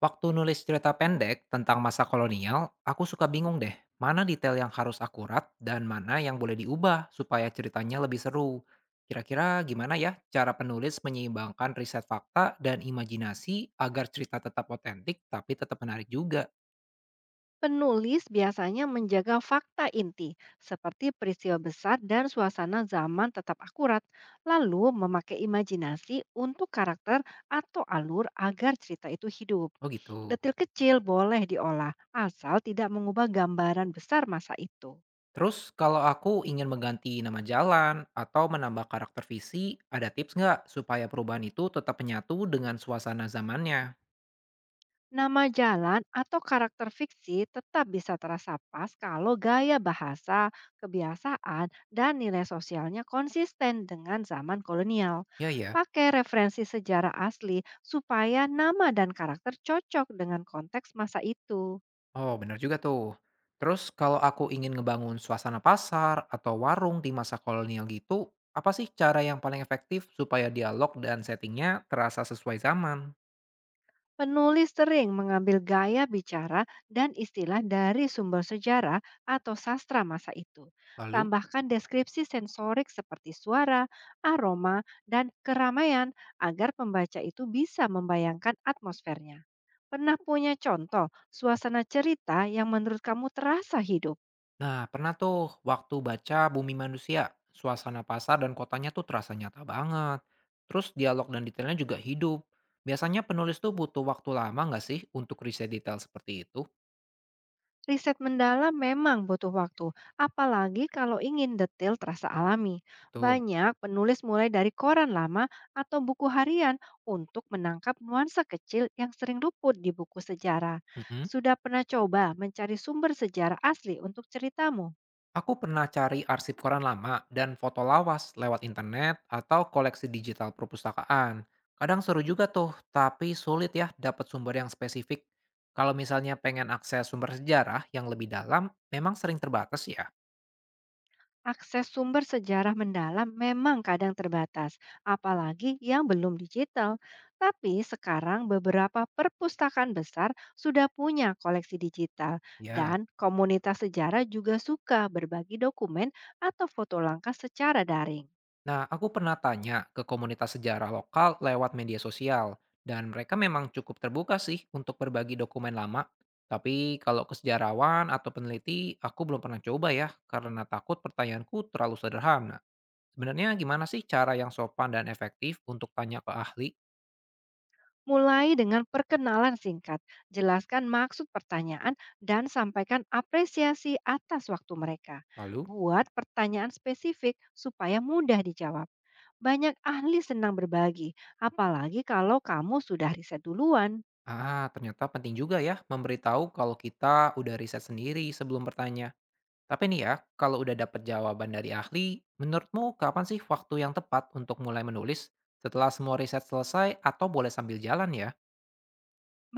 Waktu nulis cerita pendek tentang masa kolonial, aku suka bingung deh, mana detail yang harus akurat dan mana yang boleh diubah supaya ceritanya lebih seru. Kira-kira gimana ya cara penulis menyeimbangkan riset fakta dan imajinasi agar cerita tetap otentik tapi tetap menarik juga? Penulis biasanya menjaga fakta inti, seperti peristiwa besar dan suasana zaman tetap akurat, lalu memakai imajinasi untuk karakter atau alur agar cerita itu hidup. Oh gitu. Detil kecil boleh diolah, asal tidak mengubah gambaran besar masa itu. Terus kalau aku ingin mengganti nama jalan atau menambah karakter visi, ada tips nggak supaya perubahan itu tetap menyatu dengan suasana zamannya? Nama jalan atau karakter fiksi tetap bisa terasa pas kalau gaya bahasa, kebiasaan, dan nilai sosialnya konsisten dengan zaman kolonial. Ya, ya. Pakai referensi sejarah asli supaya nama dan karakter cocok dengan konteks masa itu. Oh, benar juga tuh. Terus kalau aku ingin ngebangun suasana pasar atau warung di masa kolonial gitu, apa sih cara yang paling efektif supaya dialog dan settingnya terasa sesuai zaman? Penulis sering mengambil gaya bicara dan istilah dari sumber sejarah atau sastra masa itu. Lalu, Tambahkan deskripsi sensorik seperti suara, aroma, dan keramaian agar pembaca itu bisa membayangkan atmosfernya. Pernah punya contoh suasana cerita yang menurut kamu terasa hidup? Nah, pernah tuh waktu baca Bumi Manusia, suasana pasar dan kotanya tuh terasa nyata banget. Terus dialog dan detailnya juga hidup. Biasanya penulis tuh butuh waktu lama nggak sih untuk riset detail seperti itu? Riset mendalam memang butuh waktu, apalagi kalau ingin detail terasa alami. Tuh. Banyak penulis mulai dari koran lama atau buku harian untuk menangkap nuansa kecil yang sering luput di buku sejarah. Mm-mm. Sudah pernah coba mencari sumber sejarah asli untuk ceritamu? Aku pernah cari arsip koran lama dan foto lawas lewat internet atau koleksi digital perpustakaan. Kadang seru juga tuh, tapi sulit ya dapat sumber yang spesifik. Kalau misalnya pengen akses sumber sejarah yang lebih dalam, memang sering terbatas ya. Akses sumber sejarah mendalam memang kadang terbatas, apalagi yang belum digital. Tapi sekarang beberapa perpustakaan besar sudah punya koleksi digital Ya. dan komunitas sejarah juga suka berbagi dokumen atau foto langkah secara daring. Nah, aku pernah tanya ke komunitas sejarah lokal lewat media sosial, dan mereka memang cukup terbuka sih untuk berbagi dokumen lama. Tapi kalau ke sejarawan atau peneliti, aku belum pernah coba ya, karena takut pertanyaanku terlalu sederhana. Sebenarnya gimana sih cara yang sopan dan efektif untuk tanya ke ahli? Mulai dengan perkenalan singkat, jelaskan maksud pertanyaan, dan sampaikan apresiasi atas waktu mereka. Lalu, Buat pertanyaan spesifik supaya mudah dijawab. Banyak ahli senang berbagi, apalagi kalau kamu sudah riset duluan. Ah, ternyata penting juga ya memberitahu kalau kita udah riset sendiri sebelum bertanya. Tapi nih ya, kalau udah dapet jawaban dari ahli, menurutmu kapan sih waktu yang tepat untuk mulai menulis? Setelah semua riset selesai atau boleh sambil jalan ya?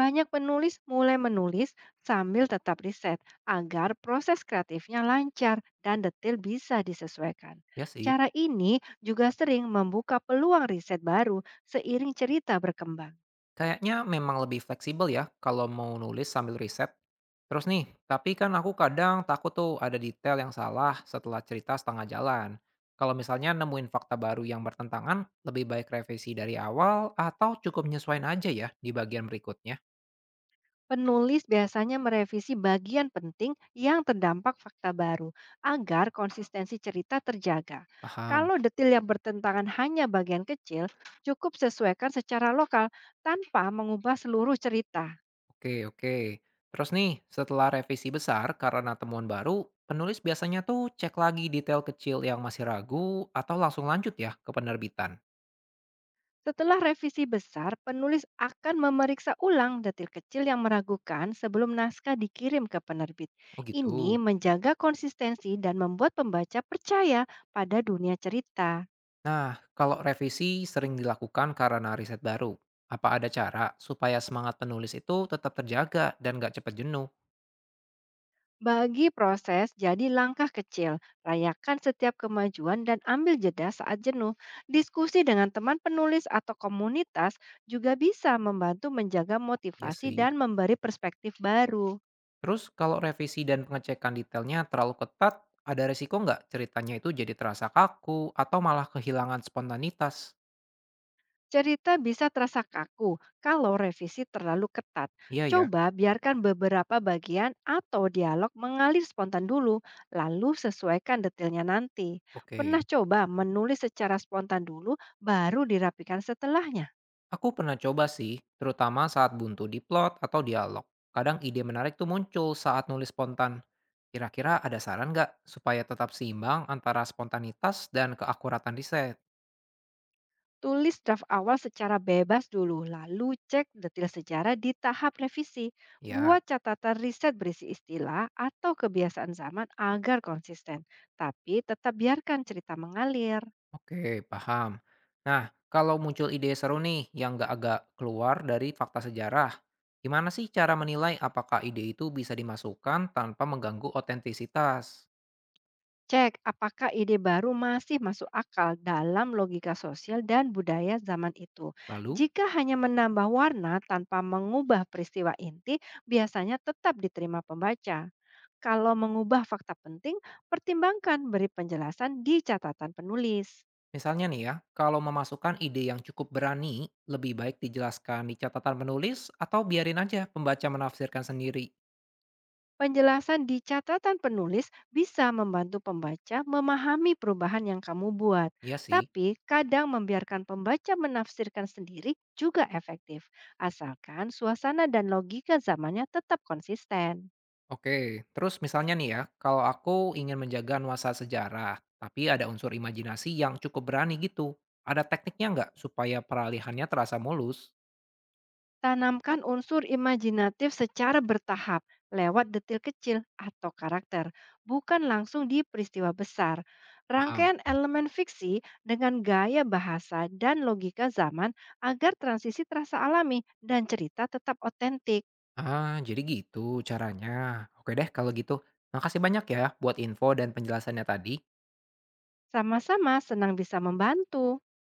Banyak penulis mulai menulis sambil tetap riset agar proses kreatifnya lancar dan detail bisa disesuaikan. Ya sih. Cara ini juga sering membuka peluang riset baru seiring cerita berkembang. Kayaknya memang lebih fleksibel ya kalau mau nulis sambil riset. Terus nih, tapi kan aku kadang takut tuh ada detail yang salah setelah cerita setengah jalan. Kalau misalnya nemuin fakta baru yang bertentangan, lebih baik revisi dari awal atau cukup nyesuaiin aja ya di bagian berikutnya. Penulis biasanya merevisi bagian penting yang terdampak fakta baru agar konsistensi cerita terjaga. Paham. Kalau detil yang bertentangan hanya bagian kecil, cukup sesuaikan secara lokal tanpa mengubah seluruh cerita. Oke, oke. Terus nih, setelah revisi besar karena temuan baru, penulis biasanya tuh cek lagi detail kecil yang masih ragu atau langsung lanjut ya ke penerbitan. Setelah revisi besar, penulis akan memeriksa ulang detil kecil yang meragukan sebelum naskah dikirim ke penerbit. Oh Ini gitu. menjaga konsistensi dan membuat pembaca percaya pada dunia cerita. Nah, kalau revisi sering dilakukan karena riset baru, apa ada cara supaya semangat penulis itu tetap terjaga dan nggak cepat jenuh? Bagi proses jadi langkah kecil, rayakan setiap kemajuan dan ambil jeda saat jenuh. Diskusi dengan teman penulis atau komunitas juga bisa membantu menjaga Ya motivasi sih. dan memberi perspektif baru. Terus kalau revisi dan pengecekan detailnya terlalu ketat, ada resiko nggak ceritanya itu jadi terasa kaku atau malah kehilangan spontanitas? Cerita bisa terasa kaku kalau revisi terlalu ketat. Iya ya, Coba biarkan beberapa bagian atau dialog mengalir spontan dulu, lalu sesuaikan detailnya nanti. oke. Pernah coba menulis secara spontan dulu, baru dirapikan setelahnya. Aku pernah coba sih, terutama saat buntu di plot atau dialog. Kadang ide menarik tuh muncul saat nulis spontan. Kira-kira ada saran nggak supaya tetap seimbang antara spontanitas dan keakuratan riset? Tulis draft awal secara bebas dulu, lalu cek detail sejarah di tahap revisi. Ya, Buat catatan riset berisi istilah atau kebiasaan zaman agar konsisten, tapi tetap biarkan cerita mengalir. oke, paham. Nah, kalau muncul ide seru nih yang nggak agak keluar dari fakta sejarah, gimana sih cara menilai apakah ide itu bisa dimasukkan tanpa mengganggu otentisitas? Cek apakah ide baru masih masuk akal dalam logika sosial dan budaya zaman itu. Lalu? Jika hanya menambah warna tanpa mengubah peristiwa inti, biasanya tetap diterima pembaca. Kalau mengubah fakta penting, pertimbangkan beri penjelasan di catatan penulis. Misalnya nih ya, kalau memasukkan ide yang cukup berani, lebih baik dijelaskan di catatan menulis atau biarin aja pembaca menafsirkan sendiri. Penjelasan di catatan penulis bisa membantu pembaca memahami perubahan yang kamu buat, Iya sih. tapi kadang membiarkan pembaca menafsirkan sendiri juga efektif, asalkan suasana dan logika zamannya tetap konsisten. Oke, terus misalnya nih ya, kalau aku ingin menjaga nuansa sejarah, tapi ada unsur imajinasi yang cukup berani gitu. Ada tekniknya nggak supaya peralihannya terasa mulus? Tanamkan unsur imajinatif secara bertahap lewat detil kecil atau karakter, bukan langsung di peristiwa besar. Paham. Rangkaian elemen fiksi dengan gaya bahasa dan logika zaman agar transisi terasa alami dan cerita tetap otentik. Ah, jadi gitu caranya. Oke deh kalau gitu. Makasih banyak ya buat info dan penjelasannya tadi. Sama-sama senang bisa membantu.